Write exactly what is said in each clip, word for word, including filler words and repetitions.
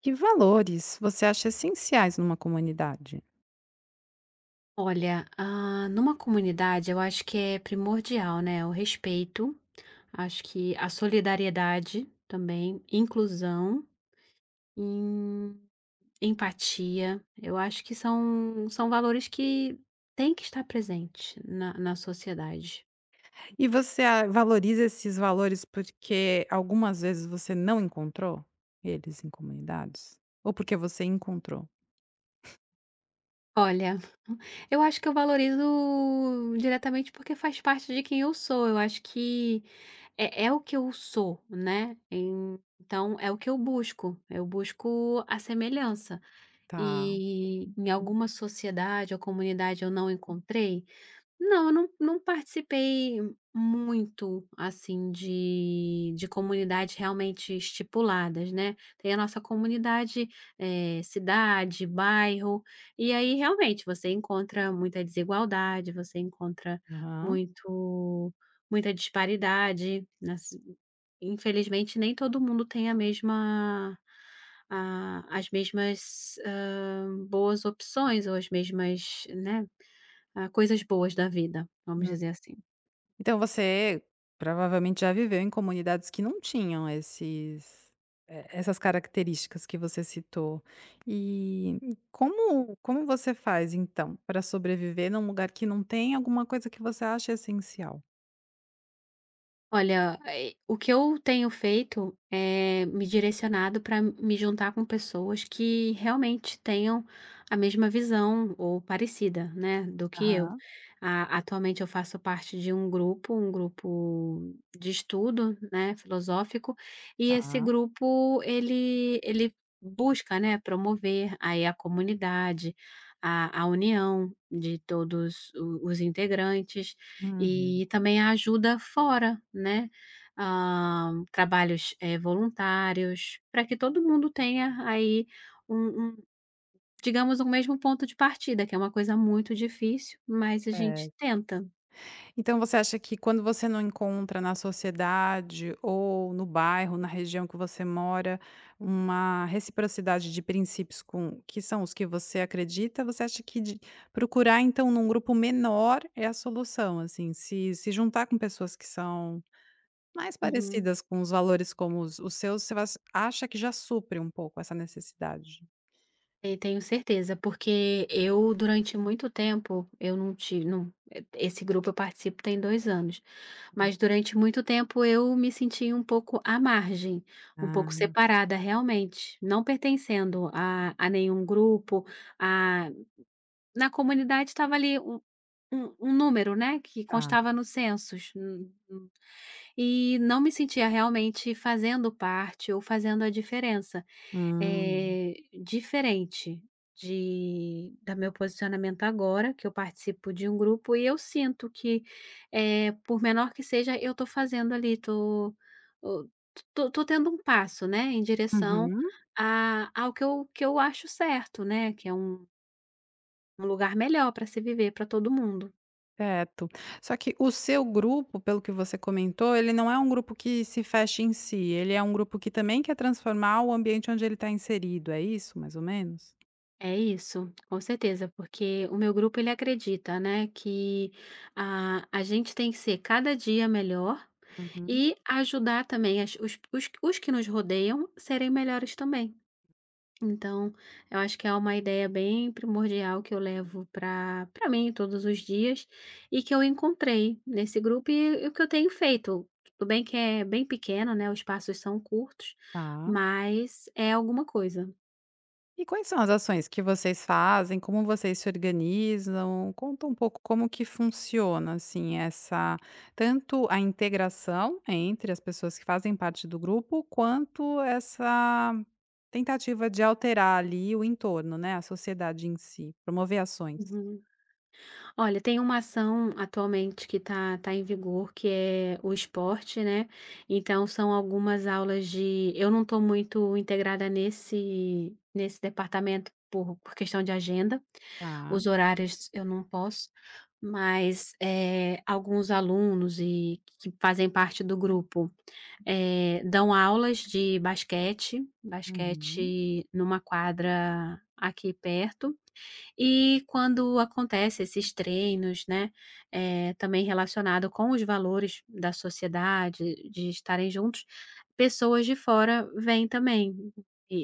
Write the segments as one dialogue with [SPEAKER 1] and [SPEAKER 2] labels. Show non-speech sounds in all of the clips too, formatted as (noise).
[SPEAKER 1] Que valores você acha essenciais numa comunidade?
[SPEAKER 2] Olha, ah, numa comunidade eu acho que é primordial, né, o respeito, acho que a solidariedade também, inclusão, em- empatia, eu acho que são, são valores que têm que estar presentes na, na sociedade.
[SPEAKER 1] E você a valoriza esses valores porque algumas vezes você não encontrou eles em comunidades? Ou porque você encontrou?
[SPEAKER 2] Olha, (laughs) eu acho que eu valorizo diretamente porque faz parte de quem eu sou. Eu acho que é, é o que eu sou, né? Em- Então é o que eu busco. Eu busco a semelhança.
[SPEAKER 1] Tá.
[SPEAKER 2] E em alguma sociedade ou comunidade eu não encontrei, não, eu não não participei muito, assim, de de comunidades realmente estipuladas, né. Tem a nossa comunidade, eh, cidade, bairro, e aí realmente você encontra muita desigualdade, você encontra
[SPEAKER 1] Aham.
[SPEAKER 2] muito muita disparidade, nas infelizmente nem todo mundo tem a mesma a as mesmas, hã, boas opções ou as mesmas, né, ah, coisas boas da vida, vamos
[SPEAKER 1] Hum.
[SPEAKER 2] dizer assim.
[SPEAKER 1] Então você provavelmente já viveu em comunidades que não tinham esses e essas características que você citou. E como como você faz então para sobreviver num lugar que não tem alguma coisa que você acha essencial?
[SPEAKER 2] Olha, eh, o que eu tenho feito é me direcionado para me juntar com pessoas que realmente tenham a mesma visão ou parecida, né, do que eu.
[SPEAKER 1] Aham,
[SPEAKER 2] A- atualmente eu faço parte de um grupo, um grupo de estudo, né, filosófico, e esse
[SPEAKER 1] tá.
[SPEAKER 2] grupo ele ele busca, né, promover aí a comunidade, a, a união de todos o- os integrantes.
[SPEAKER 1] Uhum.
[SPEAKER 2] E também a ajuda fora, né, hã, trabalhos, eh, voluntários, para que todo mundo tenha aí um um, digamos, um mesmo ponto de partida, que é uma coisa muito difícil, mas a gente
[SPEAKER 1] É.
[SPEAKER 2] tenta.
[SPEAKER 1] Então você acha que quando você não encontra na sociedade ou no bairro, na região que você mora, uma reciprocidade de princípios com que são os que você acredita, você acha que de procurar então num grupo menor é a solução, assim, se se juntar com pessoas que são mais
[SPEAKER 2] Uhum.
[SPEAKER 1] parecidas com os valores como os os seus, você vas acha que já supre um pouco essa necessidade?
[SPEAKER 2] Eu tenho certeza, porque eu, durante muito tempo, eu não tive, não eh, esse grupo eu participo tem dois anos,
[SPEAKER 1] Hum.
[SPEAKER 2] mas durante muito tempo eu me senti um pouco à margem, um pouco
[SPEAKER 1] Ah,
[SPEAKER 2] separada realmente, não pertencendo a a nenhum grupo, a na comunidade estava ali um um um número, né, que
[SPEAKER 1] tá.
[SPEAKER 2] constava nos censos. Hum, hum, e não me sentia realmente fazendo parte ou fazendo a diferença.
[SPEAKER 1] Hum.
[SPEAKER 2] Eh, diferente de da meu posicionamento agora, que eu participo de um grupo e eu sinto que, é por menor que seja, eu tô fazendo ali, tô o tô tô tendo um passo, né, em direção
[SPEAKER 1] Uhum.
[SPEAKER 2] a ao que eu que eu acho certo, né, que é um um lugar melhor para se viver para todo mundo.
[SPEAKER 1] Certo. Só que o seu grupo, pelo que você comentou, ele não é um grupo que se fecha em si, ele é um grupo que também quer transformar o ambiente onde ele está inserido, é isso, mais ou menos?
[SPEAKER 2] É isso, com certeza, porque o meu grupo ele acredita, né, que a, a gente tem que ser cada dia melhor
[SPEAKER 1] Uhum.
[SPEAKER 2] e ajudar também as- os, os, os que nos rodeiam serem melhores também. Então, eu acho que é uma ideia bem primordial que eu levo para para mim todos os dias e que eu encontrei nesse grupo e, e o que eu tenho feito. Tudo bem que é bem pequeno, né? Os passos são curtos,
[SPEAKER 1] Tá.
[SPEAKER 2] mas é alguma coisa.
[SPEAKER 1] E quais são as ações que vocês fazem? Como vocês se organizam? Conta um pouco como que funciona, assim, essa tanto a integração entre as pessoas que fazem parte do grupo, quanto essa tentativa de alterar ali o entorno, né, a sociedade em si, promover ações.
[SPEAKER 2] Uhum. Olha, tem uma ação atualmente que está tá tá em vigor, que é o esporte, né, então são algumas aulas de, eu não estou muito integrada nesse nesse departamento por por questão de agenda,
[SPEAKER 1] Tá.
[SPEAKER 2] os horários eu não posso, mas, eh, alguns alunos e que fazem parte do grupo, eh, dão aulas de basquete,
[SPEAKER 1] Uhum.
[SPEAKER 2] basquete numa quadra aqui perto, e quando acontece esses treinos, né, eh, também relacionado com os valores da sociedade, de estarem juntos, pessoas de fora vêm também. E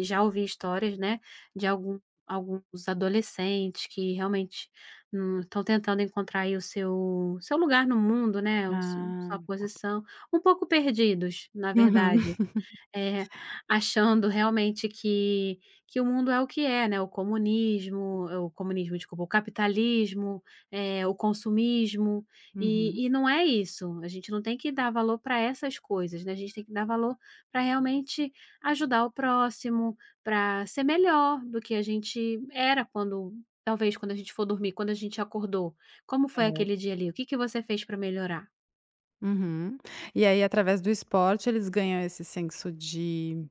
[SPEAKER 2] e já ouvi histórias, né, de algum alguns adolescentes que realmente, hum, estão tentando encontrar aí o seu seu lugar no mundo, né, o s
[SPEAKER 1] Ah.
[SPEAKER 2] sua posição, um pouco perdidos, na
[SPEAKER 1] Uhum.
[SPEAKER 2] verdade. É, achando realmente que que o mundo é o que é, né, o comunismo é o comunismo, desculpa, o capitalismo, eh, o consumismo,
[SPEAKER 1] Uhum.
[SPEAKER 2] e e não é isso, a gente não tem que dar valor para essas coisas, né, a gente tem que dar valor para realmente ajudar o próximo, para ser melhor do que a gente era quando, talvez, quando a gente for dormir, quando a gente acordou, como foi aquele
[SPEAKER 1] Certo.
[SPEAKER 2] dia ali, o que que você fez para melhorar?
[SPEAKER 1] Uhum. E aí através do esporte eles ganham esse senso de…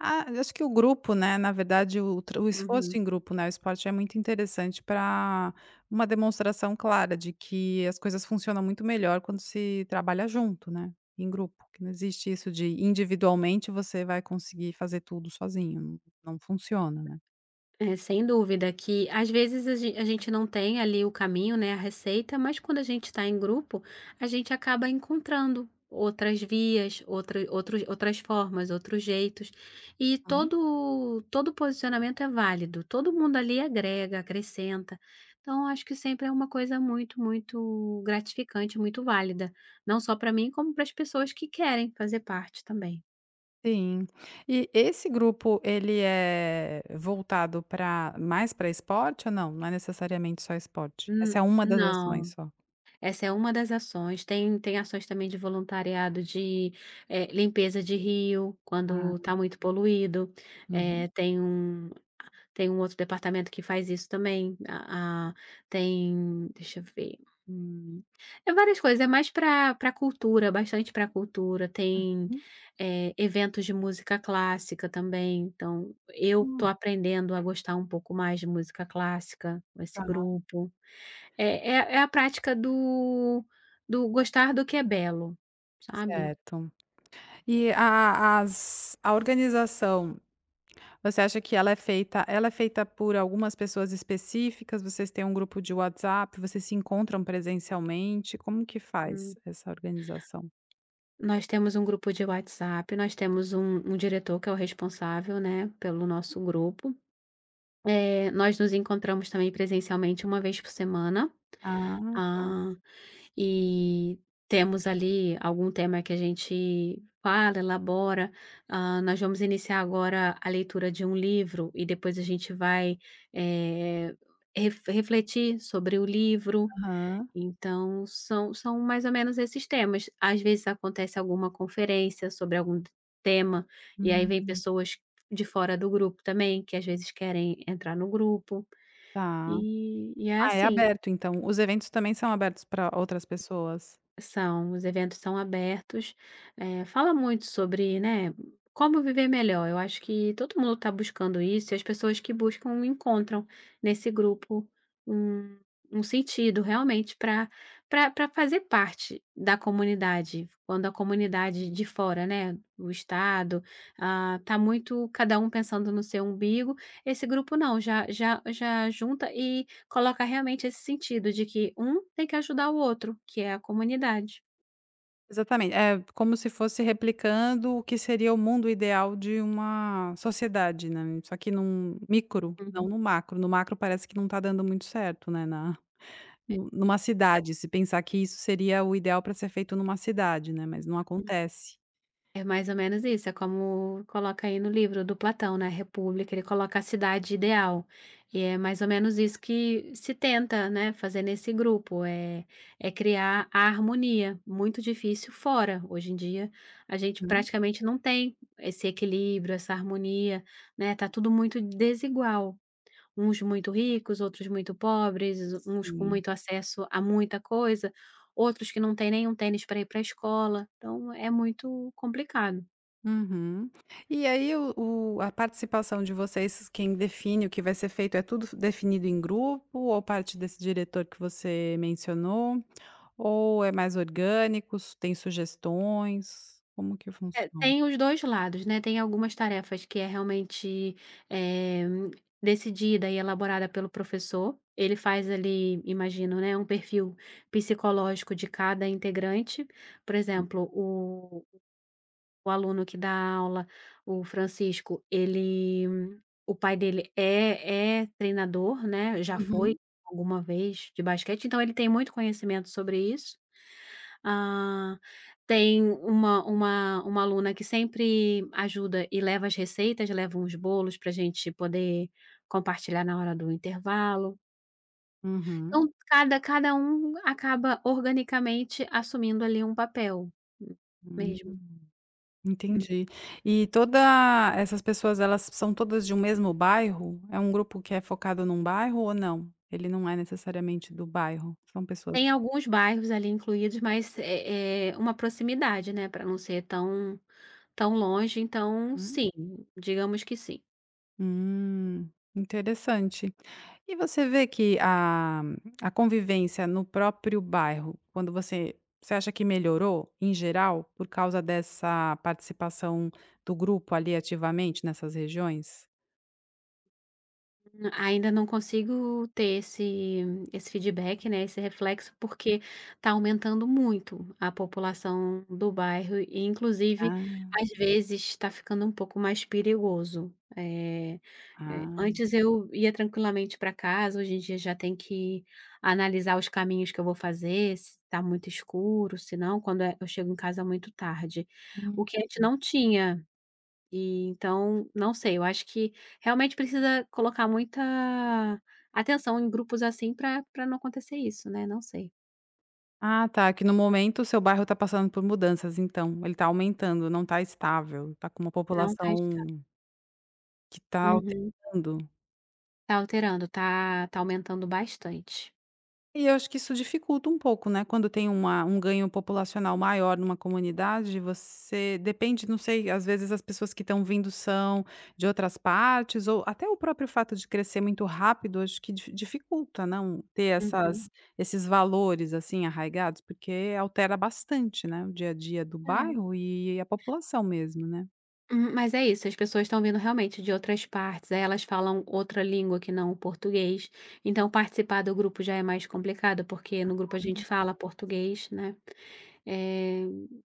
[SPEAKER 1] Ah, eu acho que o grupo, né, na verdade o tra o esforço
[SPEAKER 2] Uhum.
[SPEAKER 1] em grupo, né, o esporte é muito interessante para uma demonstração clara de que as coisas funcionam muito melhor quando se trabalha junto, né, em grupo, que não existe isso de individualmente você vai conseguir fazer tudo sozinho, não não funciona, né.
[SPEAKER 2] É, sem dúvida que às vezes a gen a gente não tem ali o caminho, né, a receita, mas quando a gente está em grupo, a gente acaba encontrando outras vias, outra outros outras formas, outros jeitos, e
[SPEAKER 1] Hum,
[SPEAKER 2] todo todo posicionamento é válido, todo mundo ali agrega, acrescenta. Então acho que sempre é uma coisa muito, muito gratificante, muito válida, não só para mim como para as pessoas que querem fazer parte também.
[SPEAKER 1] sim. E esse grupo ele é voltado para mais para esporte ou não? Não é necessariamente só esporte?
[SPEAKER 2] Hum,
[SPEAKER 1] Essa é uma das ações
[SPEAKER 2] não.
[SPEAKER 1] só?
[SPEAKER 2] Essa é uma das ações. Tem tem ações também de voluntariado de, eh, limpeza de rio,
[SPEAKER 1] Ah,
[SPEAKER 2] quando está muito poluído.
[SPEAKER 1] uhum.
[SPEAKER 2] Eh, tem um Tem um outro departamento que faz isso também. A a tem Deixa eu ver, hum, é várias coisas, é mais para para cultura, bastante para cultura. Tem, eh, eventos de música clássica também. Então, eu estou
[SPEAKER 1] Hum,
[SPEAKER 2] aprendendo a gostar um pouco mais de música clássica com esse
[SPEAKER 1] tá.
[SPEAKER 2] grupo. É é é a prática do do gostar do que é belo, sabe.
[SPEAKER 1] Certo. E a as a organização, você acha que ela é feita ela é feita por algumas pessoas específicas? Vocês têm um grupo de WhatsApp? Vocês se encontram presencialmente? Como que faz
[SPEAKER 2] Hum,
[SPEAKER 1] essa organização?
[SPEAKER 2] Nós temos um grupo de WhatsApp, nós temos um um diretor que é o responsável, né, pelo nosso grupo. Eh, nós nos encontramos também presencialmente uma vez por semana,
[SPEAKER 1] Ah, tá.
[SPEAKER 2] ah, e temos ali algum tema que a gente fala, elabora. Ah, nós vamos iniciar agora a leitura de um livro e depois a gente vai, eh, ref refletir sobre o livro.
[SPEAKER 1] Aham.
[SPEAKER 2] Então, são são mais ou menos esses temas. Às vezes acontece alguma conferência sobre algum tema, e aí
[SPEAKER 1] Hum,
[SPEAKER 2] vem pessoas de fora do grupo também, que às vezes querem entrar no grupo,
[SPEAKER 1] tá.
[SPEAKER 2] e e é
[SPEAKER 1] Ah, é
[SPEAKER 2] assim.
[SPEAKER 1] aberto então, os eventos também são abertos para outras pessoas?
[SPEAKER 2] São, os eventos são abertos, eh, fala muito sobre, né, como viver melhor, eu acho que todo mundo está buscando isso e as pessoas que buscam encontram nesse grupo um um sentido realmente para para pra fazer parte da comunidade, quando a comunidade de fora, né, o estado, ah, tá muito cada um pensando no seu umbigo, esse grupo não, já já já junta e coloca realmente esse sentido de que um tem que ajudar o outro, que é a comunidade.
[SPEAKER 1] Exatamente, é como se fosse replicando o que seria o mundo ideal de uma sociedade, né, só que num micro,
[SPEAKER 2] Uhum.
[SPEAKER 1] não no macro, no macro parece que não está dando muito certo, né, na nu numa cidade, se pensar que isso seria o ideal para ser feito numa cidade, né, mas não acontece.
[SPEAKER 2] É mais ou menos isso, é como coloca aí no livro do Platão, na República, ele coloca a cidade ideal, e é mais ou menos isso que se tenta, né, fazer nesse grupo, é é criar a harmonia, muito difícil fora. Hoje em dia, a gente
[SPEAKER 1] Hum,
[SPEAKER 2] praticamente não tem esse equilíbrio, essa harmonia, né, tá tudo muito desigual. Uns muito ricos, outros muito pobres, uns com
[SPEAKER 1] sim.
[SPEAKER 2] muito acesso a muita coisa, outros que não têm nenhum tênis para ir para a escola, então é muito complicado.
[SPEAKER 1] Uhum. E aí o o a participação de vocês, quem define o que vai ser feito, é tudo definido em grupo ou parte desse diretor que você mencionou? Ou é mais orgânico, su tem sugestões? Como que
[SPEAKER 2] É,
[SPEAKER 1] funciona?
[SPEAKER 2] tem os dois lados, né, tem algumas tarefas que é realmente, eh, decidida e elaborada pelo professor, ele faz ali, imagino, né, um perfil psicológico de cada integrante, por exemplo, o o aluno que dá aula, o Francisco, ele o pai dele é é treinador, né, já foi
[SPEAKER 1] Uhum,
[SPEAKER 2] alguma vez de basquete, então ele tem muito conhecimento sobre isso. Ah, tem uma uma uma aluna que sempre ajuda e leva as receitas, leva uns bolos pra gente poder compartilhar na hora do intervalo.
[SPEAKER 1] uhum.
[SPEAKER 2] Então cada cada um acaba organicamente assumindo ali um papel,
[SPEAKER 1] Hum,
[SPEAKER 2] mesmo.
[SPEAKER 1] entendi. E todas essas pessoas, elas são todas de um mesmo bairro? É um grupo que é focado num bairro ou não? Ele não é necessariamente do bairro, são pessoas…
[SPEAKER 2] Tem alguns bairros ali incluídos, mas é é uma proximidade, né, para não ser tão tão longe, então
[SPEAKER 1] hum.
[SPEAKER 2] sim, digamos que sim.
[SPEAKER 1] Hum, interessante. E você vê que a a convivência no próprio bairro, quando você… você acha que melhorou em geral por causa dessa participação do grupo ali ativamente nessas regiões?
[SPEAKER 2] Hum, ainda não consigo ter esse esse feedback, né, esse reflexo, porque está aumentando muito a população do bairro e, inclusive,
[SPEAKER 1] Ah,
[SPEAKER 2] às vezes, está ficando um pouco mais perigoso. Eh eh,
[SPEAKER 1] ah,
[SPEAKER 2] antes eu ia tranquilamente para casa, hoje em dia já tem que analisar os caminhos que eu vou fazer, se tá muito escuro, se não, quando, eh, eu chego em casa muito tarde, o
[SPEAKER 1] hum.
[SPEAKER 2] que a gente não tinha. E então, não sei, eu acho que realmente precisa colocar muita atenção em grupos assim para para não acontecer isso, né, não sei.
[SPEAKER 1] Ah, tá, que no momento o seu bairro está passando por mudanças então, ele está aumentando, não está estável, está com uma
[SPEAKER 2] Não tá está.
[SPEAKER 1] população que está
[SPEAKER 2] Uhum.
[SPEAKER 1] alterando.
[SPEAKER 2] Tá alterando, tá tá aumentando bastante.
[SPEAKER 1] E eu acho que isso dificulta um pouco, né, quando tem uma um ganho populacional maior numa comunidade, você depende, não sei, às vezes as pessoas que estão vindo são de outras partes ou até o próprio fato de crescer muito rápido, acho que dif dificulta, não, ter
[SPEAKER 2] Uhum.
[SPEAKER 1] essas esses valores, assim, arraigados, porque altera bastante, né, o dia a dia do
[SPEAKER 2] É.
[SPEAKER 1] bairro e a população mesmo, né.
[SPEAKER 2] Hum, mas é isso, as pessoas estão vindo realmente de outras partes, aí elas falam outra língua que não o português, então participar do grupo já é mais complicado, porque no grupo a gente fala português, né, eh,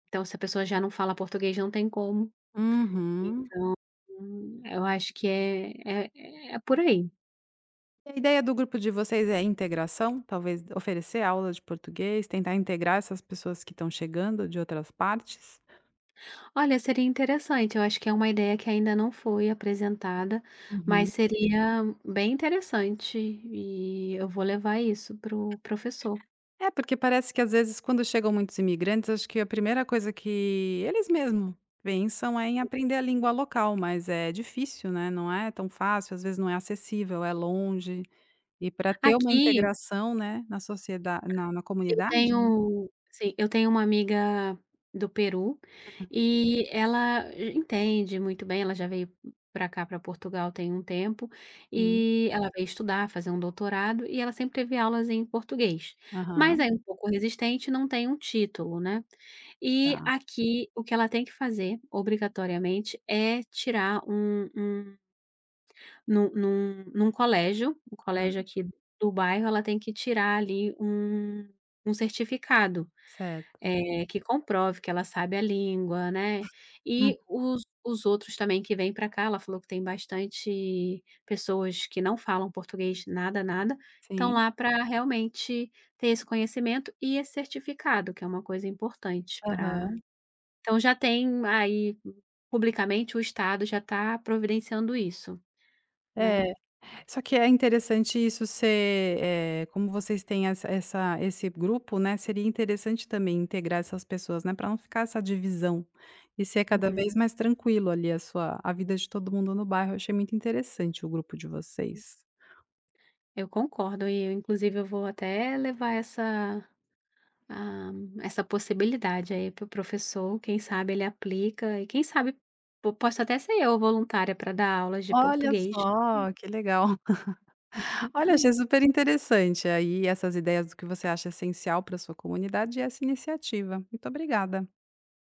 [SPEAKER 2] então se a pessoa já não fala português não tem como.
[SPEAKER 1] Uhum.
[SPEAKER 2] Hum, eu acho que é é é por aí.
[SPEAKER 1] E a ideia do grupo de vocês é integração? Talvez oferecer aula de português, tentar integrar essas pessoas que estão chegando de outras partes?
[SPEAKER 2] Olha, seria interessante, eu acho que é uma ideia que ainda não foi apresentada, mas
[SPEAKER 1] Uhum.
[SPEAKER 2] seria bem interessante e eu vou levar isso para o professor.
[SPEAKER 1] É, porque parece que às vezes quando chegam muitos imigrantes, acho que a primeira coisa que eles mesmos pensam é em aprender a língua local, mas é difícil, né? Não é tão fácil, às vezes não é acessível, é longe. E para ter uma
[SPEAKER 2] Aqui,
[SPEAKER 1] integração, né, na sociedade, na, na
[SPEAKER 2] eu
[SPEAKER 1] comunidade, né?
[SPEAKER 2] tenho sim, eu tenho uma amiga do Peru e ela entende muito bem, ela já veio para cá, para Portugal, tem um tempo,
[SPEAKER 1] Sim.
[SPEAKER 2] e ela veio estudar, fazer um doutorado, e ela sempre teve aulas em português, mas é
[SPEAKER 1] Aham,
[SPEAKER 2] um pouco resistente, não tem um título, né. E
[SPEAKER 1] tá,
[SPEAKER 2] aqui o que ela tem que fazer, obrigatoriamente, é tirar um um num num num colégio, um
[SPEAKER 1] tá,
[SPEAKER 2] colégio aqui do bairro, ela tem que tirar ali um um certificado.
[SPEAKER 1] certo.
[SPEAKER 2] Eh, que comprove que ela sabe a língua, né.
[SPEAKER 1] Hum,
[SPEAKER 2] E os os outros também que vêm para cá, ela falou que tem bastante pessoas que não falam português nada, nada, estão
[SPEAKER 1] Sim.
[SPEAKER 2] lá para realmente ter esse conhecimento e esse certificado, que é uma coisa importante para.
[SPEAKER 1] Aham.
[SPEAKER 2] Então já tem aí, publicamente, o Estado já está providenciando isso, né.
[SPEAKER 1] É. Só que é interessante isso ser, eh, como vocês têm essa essa esse grupo, né, seria interessante também integrar essas pessoas, né, para não ficar essa divisão e ser cada
[SPEAKER 2] Uhum.
[SPEAKER 1] vez mais tranquilo ali a sua a vida de todo mundo no bairro. Eu achei muito interessante o grupo de vocês.
[SPEAKER 2] Eu concordo e eu inclusive eu vou até levar essa Ah, essa possibilidade aí para o professor, quem sabe ele aplica e quem sabe po- posso até ser eu voluntária para dar aulas de
[SPEAKER 1] Olha
[SPEAKER 2] português.
[SPEAKER 1] só, que legal. (laughs) Olha, achei super interessante aí essas ideias do que você acha essencial para sua comunidade e essa iniciativa. Muito obrigada.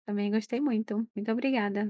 [SPEAKER 2] Também gostei muito. Muito obrigada.